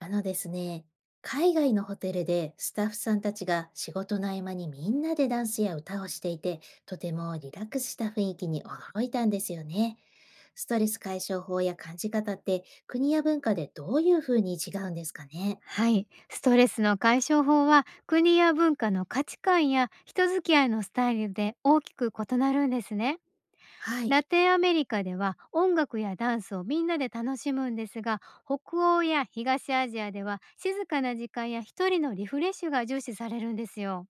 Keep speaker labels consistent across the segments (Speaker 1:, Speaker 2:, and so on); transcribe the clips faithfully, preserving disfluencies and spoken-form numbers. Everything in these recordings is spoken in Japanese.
Speaker 1: あのですね、海外のホテルでスタッフさんたちが仕事の合間にみんなでダンスや歌をしていて、とてもリラックスした雰囲気に驚いたんですよね。ストレス解消法や感じ方って国や文化でどういうふうに違うんですかね。
Speaker 2: はい、ストレスの解消法は国や文化の価値観や人付き合いのスタイルで大きく異なるんですね。
Speaker 1: はい。
Speaker 2: ラテンアメリカでは音楽やダンスをみんなで楽しむんですが、北欧や東アジアでは静かな時間や一人のリフレッシュが重視されるんですよ。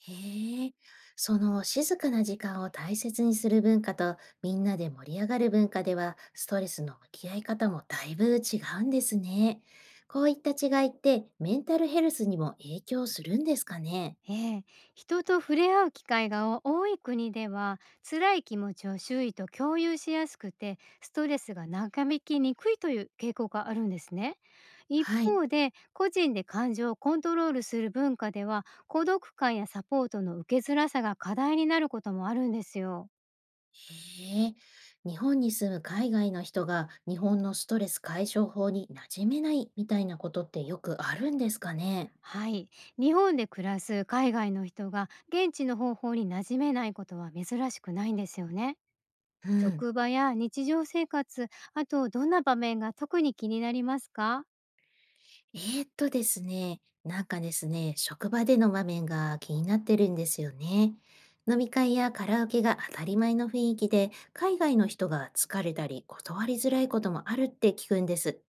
Speaker 1: へえ、その静かな時間を大切にする文化とみんなで盛り上がる文化ではストレスの向き合い方もだいぶ違うんですね。こういった違いってメンタルヘルスにも影響するんですかね。
Speaker 2: ええ、人と触れ合う機会が多い国では辛い気持ちを周囲と共有しやすくて、ストレスが長引きにくいという傾向があるんですね。一
Speaker 1: はい。
Speaker 2: 方で個人で感情をコントロールする文化では、孤独感やサポートの受けづらさが課題になることもあるんですよ。
Speaker 1: へえ、日本に住む海外の人が日本のストレス解消法に馴染めないみたいなことってよくあるんですかね。
Speaker 2: はい、日本で暮らす海外の人が現地の方法に馴染めないことは珍しくないんですよね。
Speaker 1: うん。
Speaker 2: 職場や日常生活、あとどんな場面が特に気になりますか？
Speaker 1: えーっとですね、なんかですね、職場での場面が気になってるんですよね。飲み会やカラオケが当たり前の雰囲気で、海外の人が疲れたり断りづらいこともあるって聞くんです。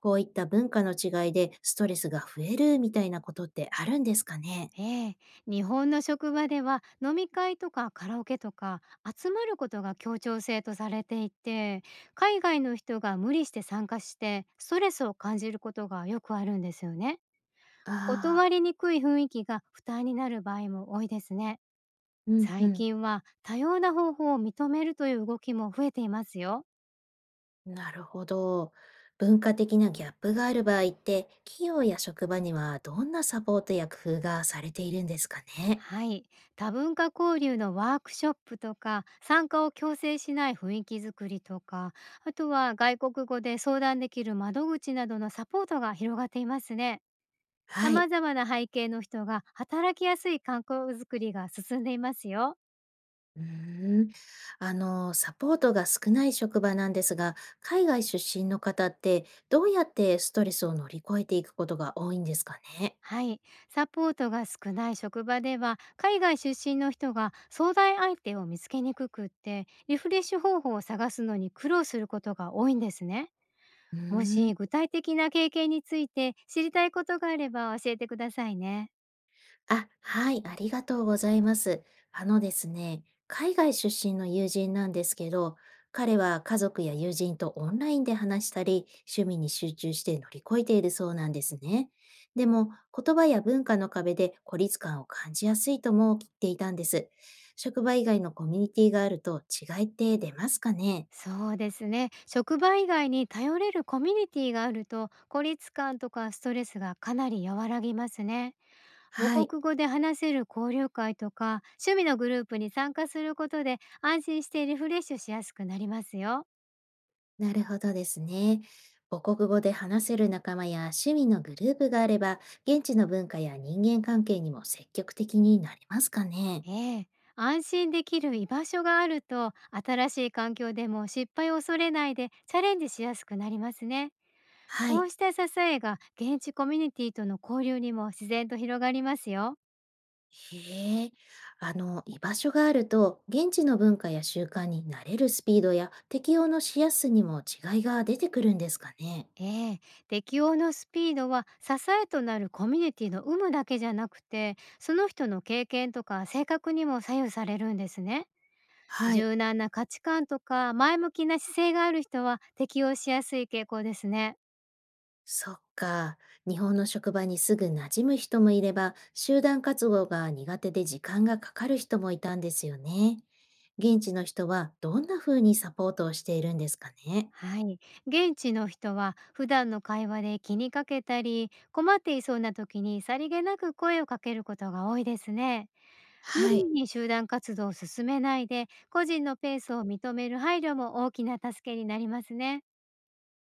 Speaker 1: こういった文化の違いでストレスが増えるみたいなことってあるんですかね。
Speaker 2: ええ、日本の職場では飲み会とかカラオケとか集まることが協調性とされていて、海外の人が無理して参加してストレスを感じることがよくあるんですよね。
Speaker 1: あ
Speaker 2: 断
Speaker 1: あ、
Speaker 2: りにくい雰囲気が負担になる場合も多いですね。
Speaker 1: うんう
Speaker 2: 最
Speaker 1: ん。
Speaker 2: 近は多様な方法を認めるという動きも増えていますよ。
Speaker 1: なるほど。文化的なギャップがある場合って、企業や職場にはどんなサポートや工夫がされているんですかね。
Speaker 2: はい、多文化交流のワークショップとか参加を強制しない雰囲気づくりとか、あとは外国語で相談できる窓口などのサポートが広がっていますね。
Speaker 1: は
Speaker 2: 様
Speaker 1: い。
Speaker 2: 々な背景の人が働きやすい環境づくりが進んでいますよ。
Speaker 1: うーん、あの、サポートが少ない職場なんですが、海外出身の方ってどうやってストレスを乗り越えていくことが多いんですかね。
Speaker 2: はい、サポートが少ない職場では海外出身の人が相談相手を見つけにくくって、リフレッシュ方法を探すのに苦労することが多いんですね。
Speaker 1: うー
Speaker 2: も
Speaker 1: ん。
Speaker 2: し具体的な経験について知りたいことがあれば教えてくださいね。
Speaker 1: あ、はい、ありがとうございます。あのですね、海外出身の友人なんですけど、彼は家族や友人とオンラインで話したり、趣味に集中して乗り越えているそうなんですね。でも、言葉や文化の壁で孤立感を感じやすいとも言っていたんです。職場以外のコミュニティがあると違いって出ますかね。
Speaker 2: そうですね。職場以外に頼れるコミュニティがあると、孤立感とかストレスがかなり和らぎますね。
Speaker 1: は
Speaker 2: 母
Speaker 1: い。
Speaker 2: 国語で話せる交流会とか趣味のグループに参加することで、安心してリフレッシュしやすくなりますよ。
Speaker 1: なるほどですね。母国語で話せる仲間や趣味のグループがあれば、現地の文化や人間関係にも積極的になれますかね。
Speaker 2: ええ。安心できる居場所があると、新しい環境でも失敗を恐れないでチャレンジしやすくなりますね。
Speaker 1: は
Speaker 2: こう
Speaker 1: い。
Speaker 2: した支えが現地コミュニティとの交流にも自然と広がりますよ。
Speaker 1: へえ。あの、居場所があると、現地の文化や習慣に慣れるスピードや適応のしやすさにも違いが出てくるんですかね。
Speaker 2: ええ、適応のスピードは支えとなるコミュニティの有無だけじゃなくて、その人の経験とか性格にも左右されるんですね。
Speaker 1: はい。
Speaker 2: 柔軟な価値観とか前向きな姿勢がある人は適応しやすい傾向ですね。
Speaker 1: そっか。日本の職場にすぐ馴染む人もいれば、集団活動が苦手で時間がかかる人もいたんですよね。現地の人はどんな風にサポートをしているんですかね。
Speaker 2: はい、現地の人は普段の会話で気にかけたり、困っていそうな時にさりげなく声をかけることが多いですね。無
Speaker 1: はい。
Speaker 2: 理に集団活動を進めないで、個人のペースを認める配慮も大きな助けになりますね。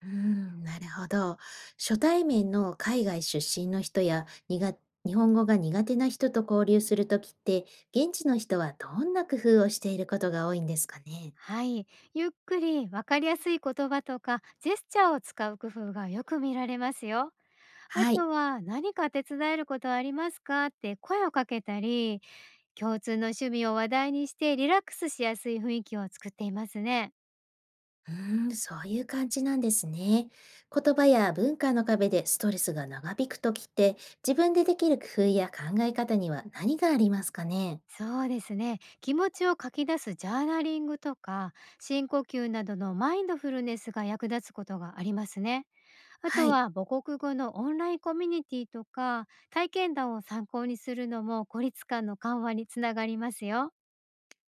Speaker 1: うん、なるほど。初対面の海外出身の人やにが日本語が苦手な人と交流するときって、現地の人はどんな工夫をしていることが多いんですかね。
Speaker 2: はい。ゆっくりわかりやすい言葉とかジェスチャーを使う工夫がよく見られますよ。あ
Speaker 1: は
Speaker 2: と
Speaker 1: い。
Speaker 2: は何か手伝えることはありますかって声をかけたり、共通の趣味を話題にしてリラックスしやすい雰囲気を作っていますね。
Speaker 1: うーん、そういう感じなんですね。言葉や文化の壁でストレスが長引くときって、自分でできる工夫や考え方には何がありますかね。
Speaker 2: そうですね。気持ちを書き出すジャーナリングとか、深呼吸などのマインドフルネスが役立つことがありますね。あ
Speaker 1: は
Speaker 2: と
Speaker 1: い、
Speaker 2: は母国語のオンラインコミュニティとか、体験談を参考にするのも孤立感の緩和につながりますよ。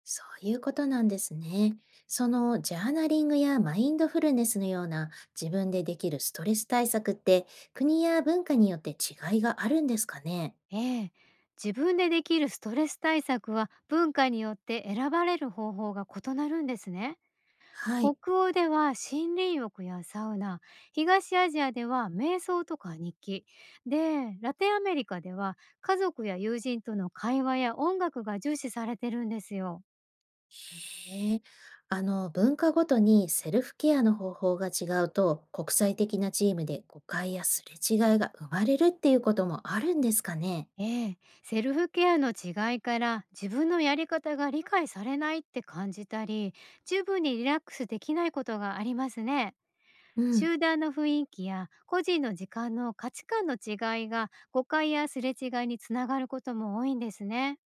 Speaker 1: そういうことなんですね。そのジャーナリングやマインドフルネスのような自分でできるストレス対策って、国や文化によって違いがあるんですかね。
Speaker 2: ええ。自分でできるストレス対策は文化によって選ばれる方法が異なるんですね。
Speaker 1: はい。
Speaker 2: 北欧では森林浴やサウナ、東アジアでは瞑想とか日記、でラテンアメリカでは家族や友人との会話や音楽が重視されてるんですよ。
Speaker 1: へえ。あの、文化ごとにセルフケアの方法が違うと国際的なチームで誤解やすれ違いが生まれるっていうこともあるんですかね。
Speaker 2: ええ、セルフケアの違いから自分のやり方が理解されないって感じたり、十分にリラックスできないことがありますね。
Speaker 1: うん、
Speaker 2: 集団の雰囲気や個人の時間の価値観の違いが誤解やすれ違いにつながることも多いんですね。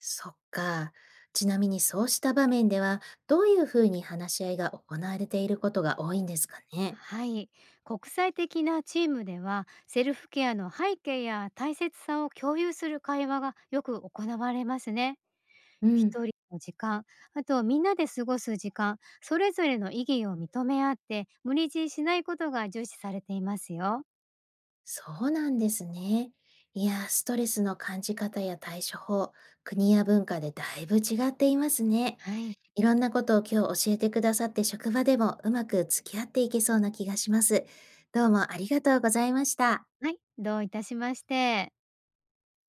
Speaker 1: そっか。ちなみにそうした場面ではどういうふうに話し合いが行われていることが多いんですかね。
Speaker 2: はい。国際的なチームでは、セルフケアの背景や大切さを共有する会話がよく行われますね。
Speaker 1: うん、
Speaker 2: 一人の時間、あとみんなで過ごす時間、それぞれの意義を認め合って、無理強いしないことが重視されていますよ。
Speaker 1: そうなんですね。いや、ストレスの感じ方や対処法、国や文化でだいぶ違っていますね。
Speaker 2: はい。
Speaker 1: いろんなことを今日教えてくださって、職場でもうまく付き合っていけそうな気がします。どうもありがとうございました。
Speaker 2: はい、どういたしまして。